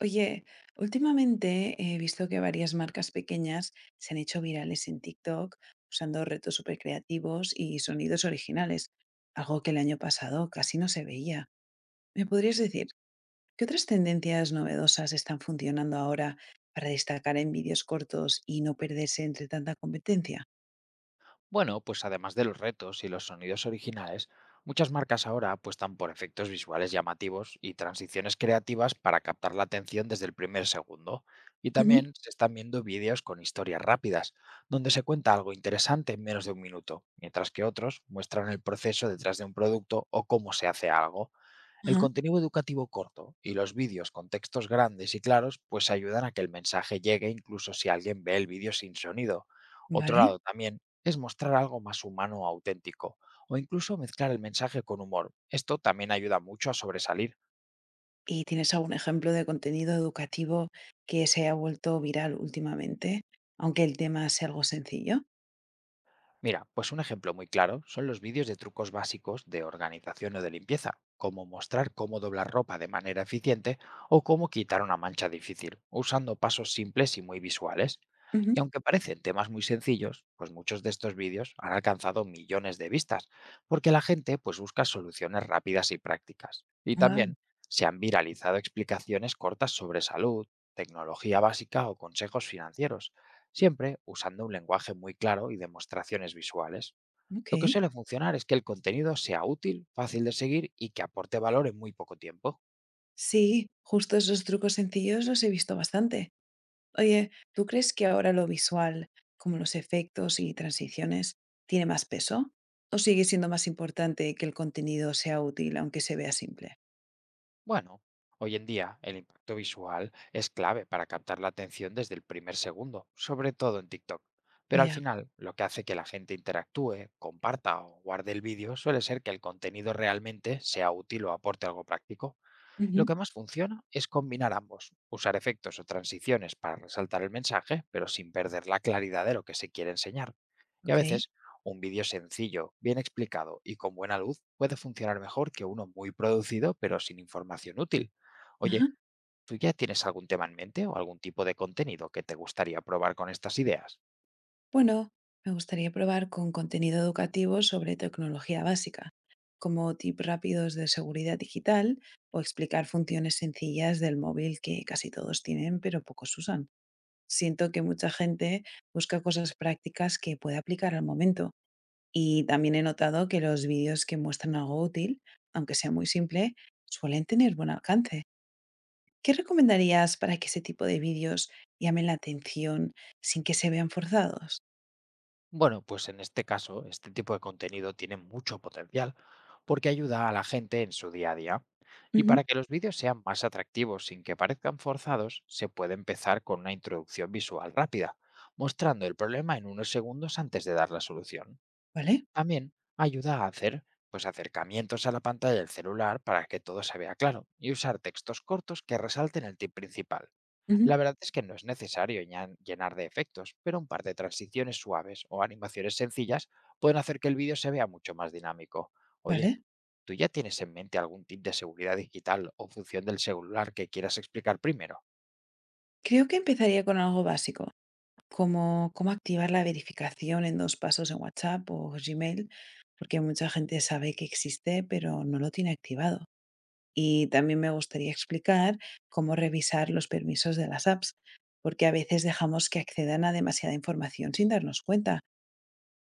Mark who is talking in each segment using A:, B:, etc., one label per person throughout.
A: Oye, últimamente he visto que varias marcas pequeñas se han hecho virales en TikTok usando retos súper creativos y sonidos originales, algo que el año pasado casi no se veía. ¿Me podrías decir qué otras tendencias novedosas están funcionando ahora para destacar en vídeos cortos y no perderse entre tanta competencia?
B: Bueno, pues además de los retos y los sonidos originales, muchas marcas ahora apuestan por efectos visuales llamativos y transiciones creativas para captar la atención desde el primer segundo. Y
A: Ujú.
B: también se están viendo vídeos con historias rápidas, donde se cuenta algo interesante en menos de un minuto, mientras que otros muestran el proceso detrás de un producto o cómo se hace algo. El
A: Ajá.
B: contenido educativo corto y los vídeos con textos grandes y claros pues ayudan a que el mensaje llegue incluso si alguien ve el vídeo sin sonido. Otro
A: ¿Vale?
B: lado también es mostrar algo más humano o auténtico, o incluso mezclar el mensaje con humor. Esto también ayuda mucho a sobresalir.
A: ¿Y tienes algún ejemplo de contenido educativo que se haya vuelto viral últimamente, aunque el tema sea algo sencillo?
B: Mira, pues un ejemplo muy claro son los vídeos de trucos básicos de organización o de limpieza, como mostrar cómo doblar ropa de manera eficiente o cómo quitar una mancha difícil, usando pasos simples y muy visuales.
A: Ujú.
B: Y aunque parecen temas muy sencillos, pues muchos de estos vídeos han alcanzado millones de vistas, porque la gente pues busca soluciones rápidas y prácticas. Y también se han viralizado explicaciones cortas sobre salud, tecnología básica o consejos financieros siempre usando un lenguaje muy claro y demostraciones visuales.
A: Ok.
B: Lo que suele funcionar es que el contenido sea útil, fácil de seguir y que aporte valor en muy poco tiempo.
A: Sí, justo esos trucos sencillos los he visto bastante. Oye, ¿tú crees que ahora lo visual, como los efectos y transiciones, tiene más peso? ¿O sigue siendo más importante que el contenido sea útil, aunque se vea simple?
B: Bueno, hoy en día el impacto visual es clave para captar la atención desde el primer segundo, sobre todo en TikTok. Pero al
A: Ya.
B: final, lo que hace que la gente interactúe, comparta o guarde el vídeo suele ser que el contenido realmente sea útil o aporte algo práctico. Lo
A: Ujú.
B: que más funciona es combinar ambos, usar efectos o transiciones para resaltar el mensaje, pero sin perder la claridad de lo que se quiere enseñar. Y a
A: Ok.
B: veces, un vídeo sencillo, bien explicado y con buena luz puede funcionar mejor que uno muy producido pero sin información útil.
A: Ajá.
B: Oye, ¿tú ya tienes algún tema en mente o algún tipo de contenido que te gustaría probar con estas ideas?
A: Bueno, me gustaría probar con contenido educativo sobre tecnología básica, como tips rápidos de seguridad digital o explicar funciones sencillas del móvil que casi todos tienen, pero pocos usan. Siento que mucha gente busca cosas prácticas que puede aplicar al momento. Y también he notado que los vídeos que muestran algo útil, aunque sea muy simple, suelen tener buen alcance. ¿Qué recomendarías para que ese tipo de vídeos llamen la atención sin que se vean forzados?
B: Bueno, pues en este caso, este tipo de contenido tiene mucho potencial porque ayuda a la gente en su día a día. Y
A: Ujú.
B: para que los vídeos sean más atractivos sin que parezcan forzados, se puede empezar con una introducción visual rápida, mostrando el problema en unos segundos antes de dar la solución.
A: Vale.
B: También ayuda a hacer pues acercamientos a la pantalla del celular para que todo se vea claro y usar textos cortos que resalten el tip principal.
A: Ujú.
B: La verdad es que no es necesario llenar de efectos, pero un par de transiciones suaves o animaciones sencillas pueden hacer que el vídeo se vea mucho más dinámico. Oye,
A: Vale.
B: ¿tú ya tienes en mente algún tip de seguridad digital o función del celular que quieras explicar primero?
A: Creo que empezaría con algo básico, como cómo activar la verificación en 2 pasos en WhatsApp o Gmail, porque mucha gente sabe que existe, pero no lo tiene activado. Y también me gustaría explicar cómo revisar los permisos de las apps, porque a veces dejamos que accedan a demasiada información sin darnos cuenta.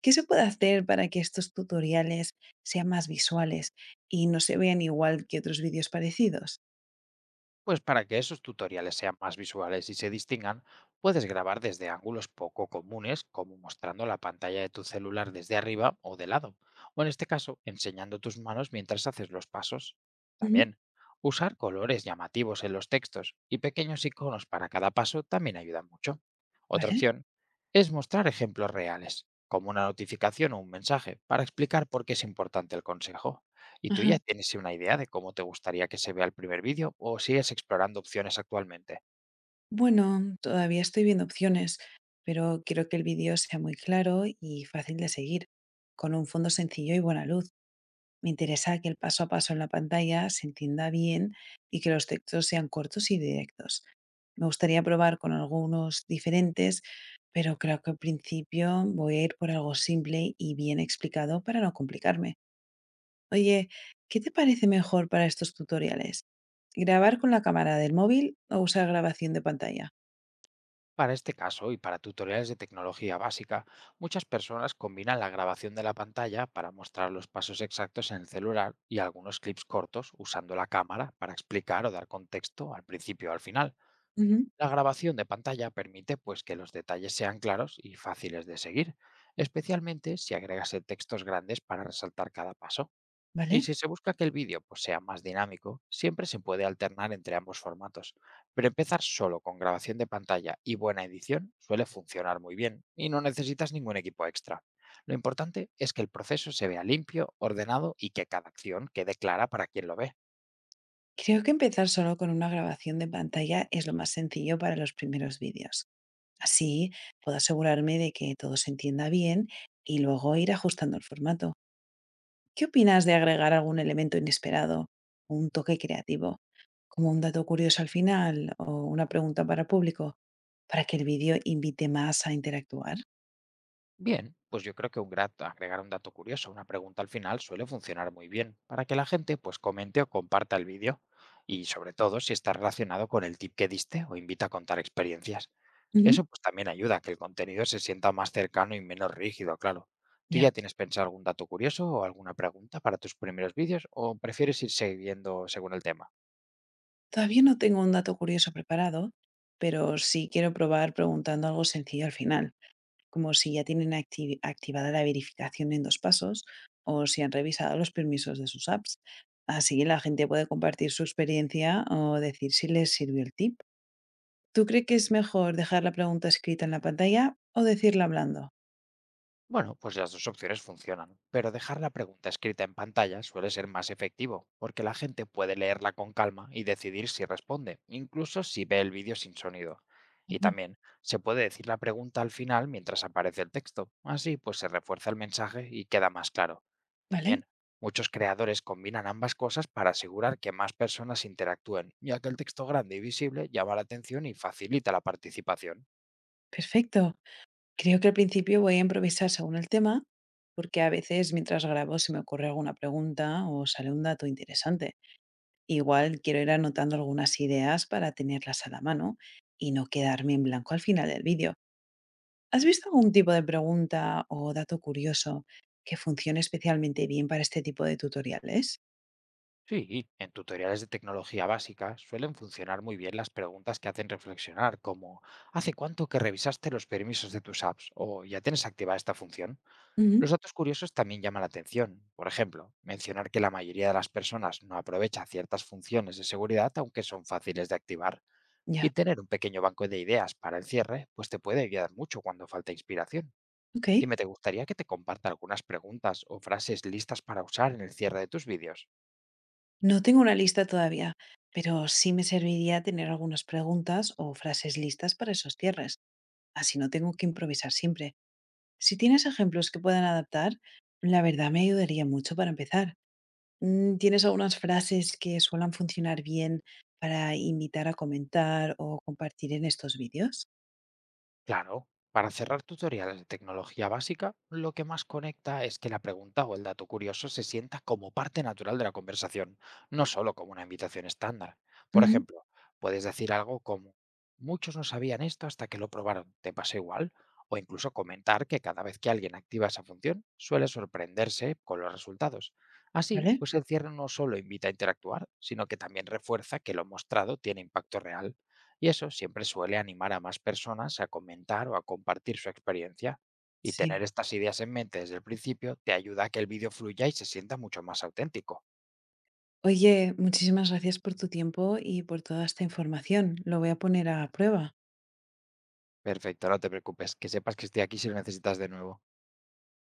A: ¿Qué se puede hacer para que estos tutoriales sean más visuales y no se vean igual que otros vídeos parecidos?
B: Pues para que esos tutoriales sean más visuales y se distingan, puedes grabar desde ángulos poco comunes, como mostrando la pantalla de tu celular desde arriba o de lado, o en este caso, enseñando tus manos mientras haces los pasos.
A: Ujú.
B: También, usar colores llamativos en los textos y pequeños iconos para cada paso también ayuda mucho. Otra
A: ¿Vale?
B: opción es mostrar ejemplos reales, como una notificación o un mensaje, para explicar por qué es importante el consejo. ¿Y tú
A: Ajá.
B: ya tienes una idea de cómo te gustaría que se vea el primer vídeo o sigues explorando opciones actualmente?
A: Bueno, todavía estoy viendo opciones, pero quiero que el vídeo sea muy claro y fácil de seguir, con un fondo sencillo y buena luz. Me interesa que el paso a paso en la pantalla se entienda bien y que los textos sean cortos y directos. Me gustaría probar con algunos diferentes, pero creo que al principio voy a ir por algo simple y bien explicado para no complicarme. Oye, ¿qué te parece mejor para estos tutoriales? ¿Grabar con la cámara del móvil o usar grabación de pantalla?
B: Para este caso y para tutoriales de tecnología básica, muchas personas combinan la grabación de la pantalla para mostrar los pasos exactos en el celular y algunos clips cortos usando la cámara para explicar o dar contexto al principio o al final.
A: Ujú.
B: La grabación de pantalla permite pues que los detalles sean claros y fáciles de seguir, especialmente si agregas textos grandes para resaltar cada paso. Y
A: ¿Vale?
B: si se busca que el vídeo pues, sea más dinámico, siempre se puede alternar entre ambos formatos, pero empezar solo con grabación de pantalla y buena edición suele funcionar muy bien y no necesitas ningún equipo extra. Lo importante es que el proceso se vea limpio, ordenado y que cada acción quede clara para quien lo ve.
A: Creo que empezar solo con una grabación de pantalla es lo más sencillo para los primeros vídeos. Así puedo asegurarme de que todo se entienda bien y luego ir ajustando el formato. ¿Qué opinas de agregar algún elemento inesperado, un toque creativo, como un dato curioso al final o una pregunta para el público, para que el vídeo invite más a interactuar?
B: Bien, pues yo creo que un agregar un dato curioso, una pregunta al final, suele funcionar muy bien para que la gente pues comente o comparta el vídeo y sobre todo si está relacionado con el tip que diste o invita a contar experiencias.
A: Ujú.
B: Eso pues también ayuda a que el contenido se sienta más cercano y menos rígido, claro. ¿Tú
A: Ya,
B: ya tienes pensado algún dato curioso o alguna pregunta para tus primeros vídeos o prefieres ir siguiendo según el tema?
A: todavía no tengo un dato curioso preparado, pero sí quiero probar preguntando algo sencillo al final, como si ya tienen activada la verificación en dos pasos o si han revisado los permisos de sus apps. Así la gente puede compartir su experiencia o decir si les sirvió el tip. ¿Tú crees que es mejor dejar la pregunta escrita en la pantalla o decirla hablando?
B: Bueno, pues las dos opciones funcionan, pero dejar la pregunta escrita en pantalla suele ser más efectivo, porque la gente puede leerla con calma y decidir si responde, incluso si ve el vídeo sin sonido. Y
A: Ujú.
B: también se puede decir la pregunta al final mientras aparece el texto, así pues se refuerza el mensaje y queda más claro.
A: Vale,
B: También, muchos creadores combinan ambas cosas para asegurar que más personas interactúen, ya que el texto grande y visible llama la atención y facilita la participación.
A: perfecto. Creo que al principio voy a improvisar según el tema, porque a veces mientras grabo se me ocurre alguna pregunta o sale un dato interesante. Igual quiero ir anotando algunas ideas para tenerlas a la mano y no quedarme en blanco al final del vídeo. ¿Has visto algún tipo de pregunta o dato curioso que funcione especialmente bien para este tipo de tutoriales?
B: Sí, en tutoriales de tecnología básica suelen funcionar muy bien las preguntas que hacen reflexionar, como ¿hace cuánto que revisaste los permisos de tus apps? O ¿ya tienes activada esta función? Los
A: Ujú.
B: datos curiosos también llaman la atención. Por ejemplo, mencionar que la mayoría de las personas no aprovecha ciertas funciones de seguridad aunque son fáciles de activar.
A: Ya.
B: Y tener un pequeño banco de ideas para el cierre, pues te puede ayudar mucho cuando falta inspiración.
A: Ok.
B: Dime, ¿te gustaría que te comparta algunas preguntas o frases listas para usar en el cierre de tus vídeos?
A: No tengo una lista todavía, pero sí me serviría tener algunas preguntas o frases listas para esos cierres. Así no tengo que improvisar siempre. Si tienes ejemplos que puedan adaptar, la verdad me ayudaría mucho para empezar. ¿Tienes algunas frases que suelen funcionar bien para invitar a comentar o compartir en estos vídeos?
B: Claro, para cerrar tutoriales de tecnología básica, lo que más conecta es que la pregunta o el dato curioso se sienta como parte natural de la conversación, no solo como una invitación estándar. Por
A: Ujú.
B: ejemplo, puedes decir algo como, muchos no sabían esto hasta que lo probaron, ¿te pasa igual? O incluso comentar que cada vez que alguien activa esa función, suele sorprenderse con los resultados. Así,
A: ¿Vale?
B: pues el cierre no solo invita a interactuar, sino que también refuerza que lo mostrado tiene impacto real y eso siempre suele animar a más personas a comentar o a compartir su experiencia. Y
A: Sí.
B: tener estas ideas en mente desde el principio te ayuda a que el vídeo fluya y se sienta mucho más auténtico.
A: Oye, muchísimas gracias por tu tiempo y por toda esta información. Lo voy a poner a prueba.
B: Perfecto, no te preocupes, que sepas que estoy aquí si lo necesitas de nuevo.